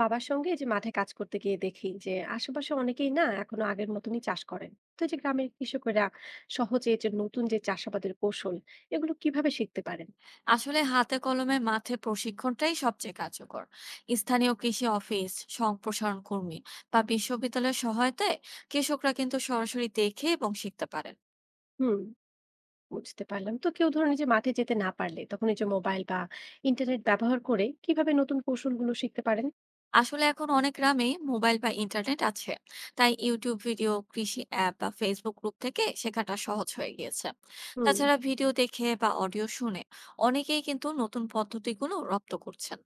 বাবার সঙ্গে এই যে মাঠে কাজ করতে গিয়ে দেখি যে আশেপাশে অনেকেই না এখনো আগের মতনই চাষ করেন। তো এই যে গ্রামের কৃষকেরা সহজে এই যে নতুন যে চাষাবাদের কৌশল এগুলো কিভাবে শিখতে পারেন? আসলে হাতে কলমে মাঠে প্রশিক্ষণটাই সবচেয়ে কার্যকর। স্থানীয় কৃষি অফিস, সম্প্রসারণ কর্মী বা বিশ্ববিদ্যালয়ের সহায়তায় কৃষকরা কিন্তু সরাসরি দেখে এবং শিখতে পারেন। হুম, বুঝতে পারলাম। তো কেউ ধরুন এই যে মাঠে যেতে না পারলে তখন এই যে মোবাইল বা ইন্টারনেট ব্যবহার করে কিভাবে নতুন কৌশলগুলো শিখতে পারেন? আসলে এখন অনেক গ্রামেই মোবাইল বা ইন্টারনেট আছে, তাই ইউটিউব ভিডিও, কৃষি অ্যাপ বা ফেসবুক গ্রুপ থেকে শেখাটা সহজ হয়ে গিয়েছে। হুম। তাছাড়া ভিডিও দেখে বা অডিও শুনে অনেকেই কিন্তু নতুন পদ্ধতিগুলো রপ্ত করছেন।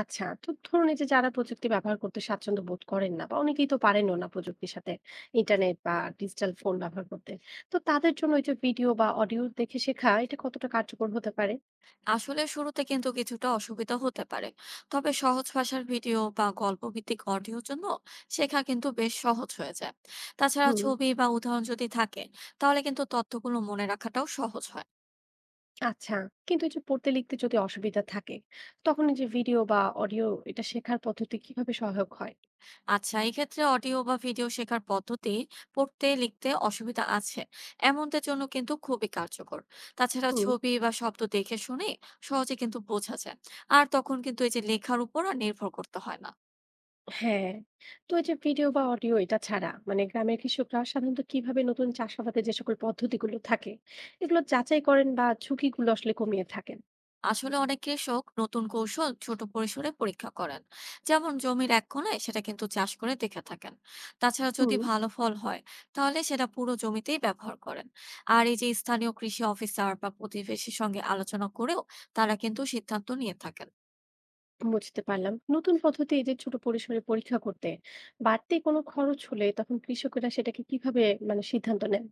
আচ্ছা, তো ধরুন এই যে যারা প্রযুক্তি ব্যবহার করতে স্বাচ্ছন্দ্য বোধ করেন না বা অনেকেই তো পারেনও না প্রযুক্তির সাথে ইন্টারনেট বা ডিজিটাল ফোন ব্যবহার করতে, তো তাদের জন্য এই যে ভিডিও বা অডিও দেখে শেখা এটা কতটা কার্যকর হতে পারে? আসলে শুরুতে কিন্তু কিছুটা অসুবিধা হতে পারে, তবে সহজ ভাষার ভিডিও বা গল্প ভিত্তিক অডিওর জন্য শেখা কিন্তু বেশ সহজ হয়ে যায়। তাছাড়া হুম। ছবি বা উদাহরণ যদি থাকে, তাহলে কিন্তু তথ্যগুলো মনে রাখাটাও সহজ হয়। আচ্ছা, কিন্তু এই যে পড়তে লিখতে যদি অসুবিধা থাকে তখন এই যে ভিডিও বা অডিও এটা শেখার পদ্ধতি কিভাবে সহায়ক হয়? আচ্ছা, এই ক্ষেত্রে অডিও বা ভিডিও শেখার পদ্ধতি পড়তে লিখতে অসুবিধা আছে এমনদের জন্য কিন্তু খুবই কার্যকর। তাছাড়া হুম। ছবি বা শব্দ দেখে শুনে সহজে কিন্তু বোঝা যায়, আর তখন কিন্তু এই যে লেখার উপর আর নির্ভর করতে হয় না। হ্যাঁ, তো এই যে ভিডিও বা অডিও এটা ছাড়া মানে গ্রামের কৃষকরা সাধারণত কিভাবে নতুন চাষাবাদের যে সকল পদ্ধতিগুলো থাকে এগুলো যাচাই করেন বা ঝুঁকিগুলো আসলে কমিয়ে থাকেন? আসলে অনেক কৃষক নতুন কৌশল ছোট পরিসরে পরীক্ষা করেন, যেমন জমির এক কোণে সেটা কিন্তু চাষ করে দেখে থাকেন। তাছাড়া হুম, যদি ভালো ফল হয়, তাহলে সেটা পুরো জমিতেই ব্যবহার করেন। আর এই যে স্থানীয় কৃষি অফিসার বা প্রতিবেশীর সঙ্গে আলোচনা করেও তারা কিন্তু সিদ্ধান্ত নিয়ে থাকেন। বুঝতে পারলাম। নতুন পদ্ধতি এই যে ছোট পরিসরে পরীক্ষা করতে বাড়তি কোনো খরচ হলে তখন কৃষকেরা সেটাকে কিভাবে মানে সিদ্ধান্ত নেন?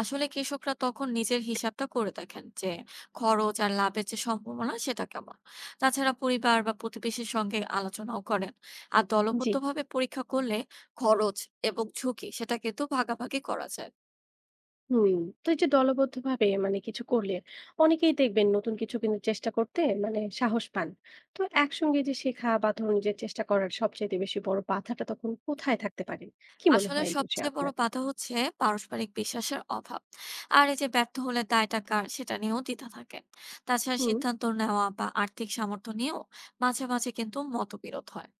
আসলে কৃষকরা তখন নিজের হিসাবটা করে দেখেন যে খরচ আর লাভের যে সম্ভাবনা সেটা কেমন। তাছাড়া পরিবার বা প্রতিবেশীর সঙ্গে আলোচনাও করেন। আর জি। দলবদ্ধভাবে পরীক্ষা করলে খরচ এবং ঝুঁকি সেটা কিন্তু ভাগাভাগি করা যায়। হুম, তো এই যে দলবদ্ধ ভাবে মানে কিছু করলে অনেকেই দেখবেন নতুন কিছু কিন্তু চেষ্টা করতে মানে সাহস পান। তো একসঙ্গে যে শেখা বা ধরুন যে চেষ্টা করার সবচেয়ে বেশি বড় বাধাটা তখন কোথায় থাকতে পারে, কি মনে আসলে হয় এই বিষয়ে সবচেয়ে বড় আপনার? বাধা হচ্ছে পারস্পরিক বিশ্বাসের অভাব। আর এই যে ব্যর্থ হলে দায়টা কার সেটা নিয়েও দ্বিধা থাকে। তাছাড়া হুম। সিদ্ধান্ত নেওয়া বা আর্থিক সামর্থ্য নিয়েও মাঝে মাঝে কিন্তু মতবিরোধ হয়।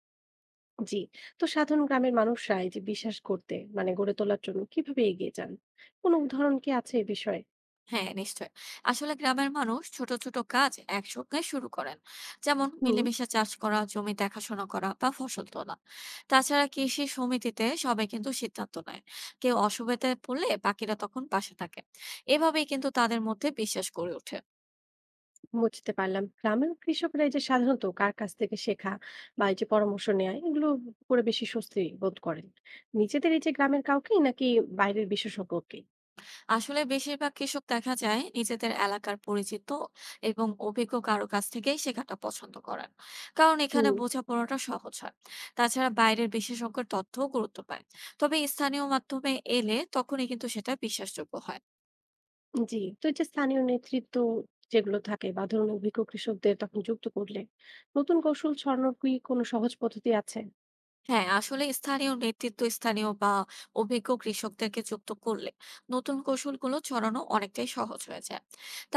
জি, তো সাধারণ গ্রামের মানুষরা এই যে বিশ্বাস করতে মানে গড়ে তোলার জন্য কিভাবে এগিয়ে যান, কোনো উদাহরণ কি আছে এই বিষয়ে? হ্যাঁ, নিশ্চয়। আসলে গ্রামের মানুষ ছোট ছোট কাজ একসঙ্গে শুরু করেন, যেমন হুম, মিলেমিশে চাষ করা, জমি দেখাশোনা করা বা ফসল তোলা। তাছাড়া কৃষি সমিতিতে সবাই কিন্তু সিদ্ধান্ত নেয়। কেউ অসুবিধায় পড়লে বাকিরা তখন পাশে থাকে। এভাবেই কিন্তু তাদের মধ্যে বিশ্বাস গড়ে ওঠে। বুঝতে পারলাম। গ্রামের কৃষকরা এই যে সাধারণত কার কাছ থেকে শেখা বা এই যে পরামর্শ নেওয়া এগুলো করে বেশি স্বস্তি বোধ করেন, নিজেদের এই যে গ্রামের কাউকে নাকি বাইরের বিশেষজ্ঞকে? আসলে বেশিরভাগ কৃষক দেখা যায় নিজেদের এলাকার পরিচিত এবং অভিজ্ঞ কারো কাছ থেকেই শেখাটা পছন্দ করেন, কারণ এখানে হুম। বোঝাপড়াটা সহজ হয়। তাছাড়া বাইরের বিশেষজ্ঞের তথ্যও গুরুত্ব পায়, তবে স্থানীয় মাধ্যমে এলে তখনই কিন্তু সেটা বিশ্বাসযোগ্য হয়। জি, তো এই যে স্থানীয় নেতৃত্ব যেগুলো থাকে বা ধরুন অভিজ্ঞ কৃষকদের তখন যুক্ত করলে নতুন কৌশল ছড়ানোর কি কোনো সহজ পদ্ধতি আছে? হ্যাঁ, আসলে স্থানীয় নেতৃত্ব, স্থানীয় বা অভিজ্ঞ কৃষকদেরকে যুক্ত করলে নতুন কৌশলগুলো ছড়ানো অনেকটাই সহজ হয়ে যায়।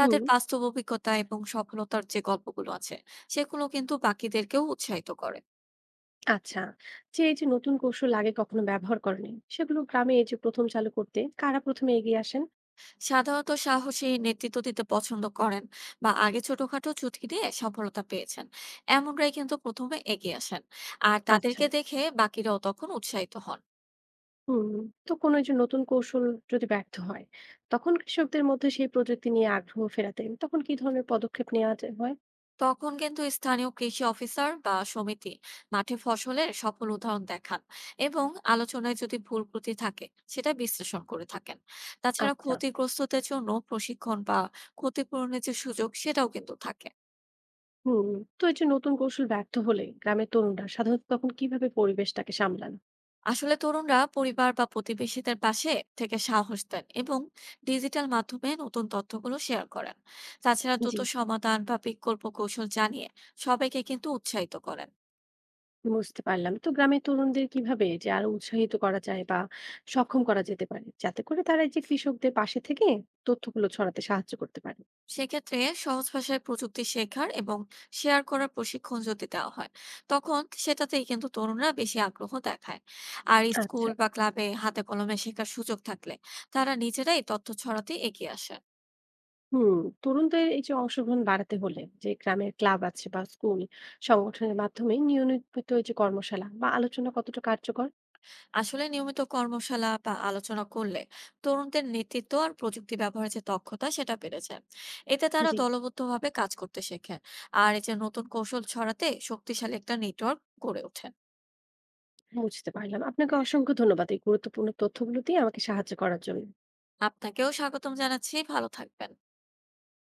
হুম। বাস্তব অভিজ্ঞতা এবং সফলতার যে গল্পগুলো আছে সেগুলো কিন্তু বাকিদেরকেও উৎসাহিত করে। আচ্ছা, যে এই যে নতুন কৌশল আগে কখনো ব্যবহার করেনি সেগুলো গ্রামে এই যে প্রথম চালু করতে কারা প্রথমে এগিয়ে আসেন? সাধারণত সাহসী নেতৃত্ব দিতে পছন্দ করেন বা আগে ছোটখাটো চুটকি দিয়ে সফলতা পেয়েছেন, এমনরাই কিন্তু প্রথমে এগিয়ে আসেন। আর আচ্ছা। তাদেরকে দেখে বাকিরাও তখন উৎসাহিত হন। হুম, তো কোনো এই যে নতুন কৌশল যদি ব্যর্থ হয়, তখন কৃষকদের মধ্যে সেই প্রযুক্তি নিয়ে আগ্রহ ফেরাতে তখন কি ধরনের পদক্ষেপ নেওয়া যে হয়? তখন কিন্তু স্থানীয় কৃষি অফিসার বা সমিতি মাঠে ফসলের সফল উদাহরণ দেখান, এবং আলোচনায় যদি ভুল ত্রুটি থাকে সেটা বিশ্লেষণ করে থাকেন। তাছাড়া আচ্ছা। ক্ষতিগ্রস্তদের জন্য প্রশিক্ষণ বা ক্ষতিপূরণের যে সুযোগ সেটাও কিন্তু থাকে। হুম, তো এই যে নতুন কৌশল ব্যর্থ হলে গ্রামের তরুণরা সাধারণত তখন কিভাবে পরিবেশটাকে সামলান? আসলে তরুণরা পরিবার বা প্রতিবেশীদের পাশে থেকে সাহস দেন, এবং ডিজিটাল মাধ্যমে নতুন তথ্যগুলো শেয়ার করেন। তাছাড়া জি, দ্রুত সমাধান বা বিকল্প কৌশল জানিয়ে সবাইকে কিন্তু উৎসাহিত করেন। বুঝতে পারলাম। তো গ্রামের তরুণদের কিভাবে যে আরো উৎসাহিত করা যায় বা সক্ষম করা যেতে পারে, যাতে করে তারা এই যে কৃষকদের পাশে থেকে তথ্যগুলো ছড়াতে সাহায্য করতে পারে? সেক্ষেত্রে সহজ ভাষায় প্রযুক্তি শেখার এবং শেয়ার করার প্রশিক্ষণ যদি দেওয়া হয়, তখন সেটাতেই কিন্তু তরুণরা বেশি আগ্রহ দেখায়। আর আচ্ছা। স্কুল বা ক্লাবে হাতে কলমে শেখার সুযোগ থাকলে তারা নিজেরাই তথ্য ছড়াতে এগিয়ে আসে। হুম, তরুণদের এই যে অংশগ্রহণ বাড়াতে হলে যে গ্রামের ক্লাব আছে বা স্কুল সংগঠনের মাধ্যমে নিয়মিত এই যে কর্মশালা বা আলোচনা কতটা কার্যকর? আসলে নিয়মিত কর্মশালা বা আলোচনা করলে তরুণদের নেতৃত্ব আর প্রযুক্তি ব্যবহারের যে দক্ষতা সেটা বেড়ে যায়। এতে তারা জি, দলবদ্ধভাবে কাজ করতে শেখে, আর এই যে নতুন কৌশল ছড়াতে শক্তিশালী একটা নেটওয়ার্ক গড়ে ওঠে। বুঝতে পারলাম। আপনাকে অসংখ্য ধন্যবাদ এই গুরুত্বপূর্ণ তথ্যগুলো দিয়ে আমাকে সাহায্য করার জন্য। আপনাকেও স্বাগতম জানাচ্ছি, ভালো থাকবেন।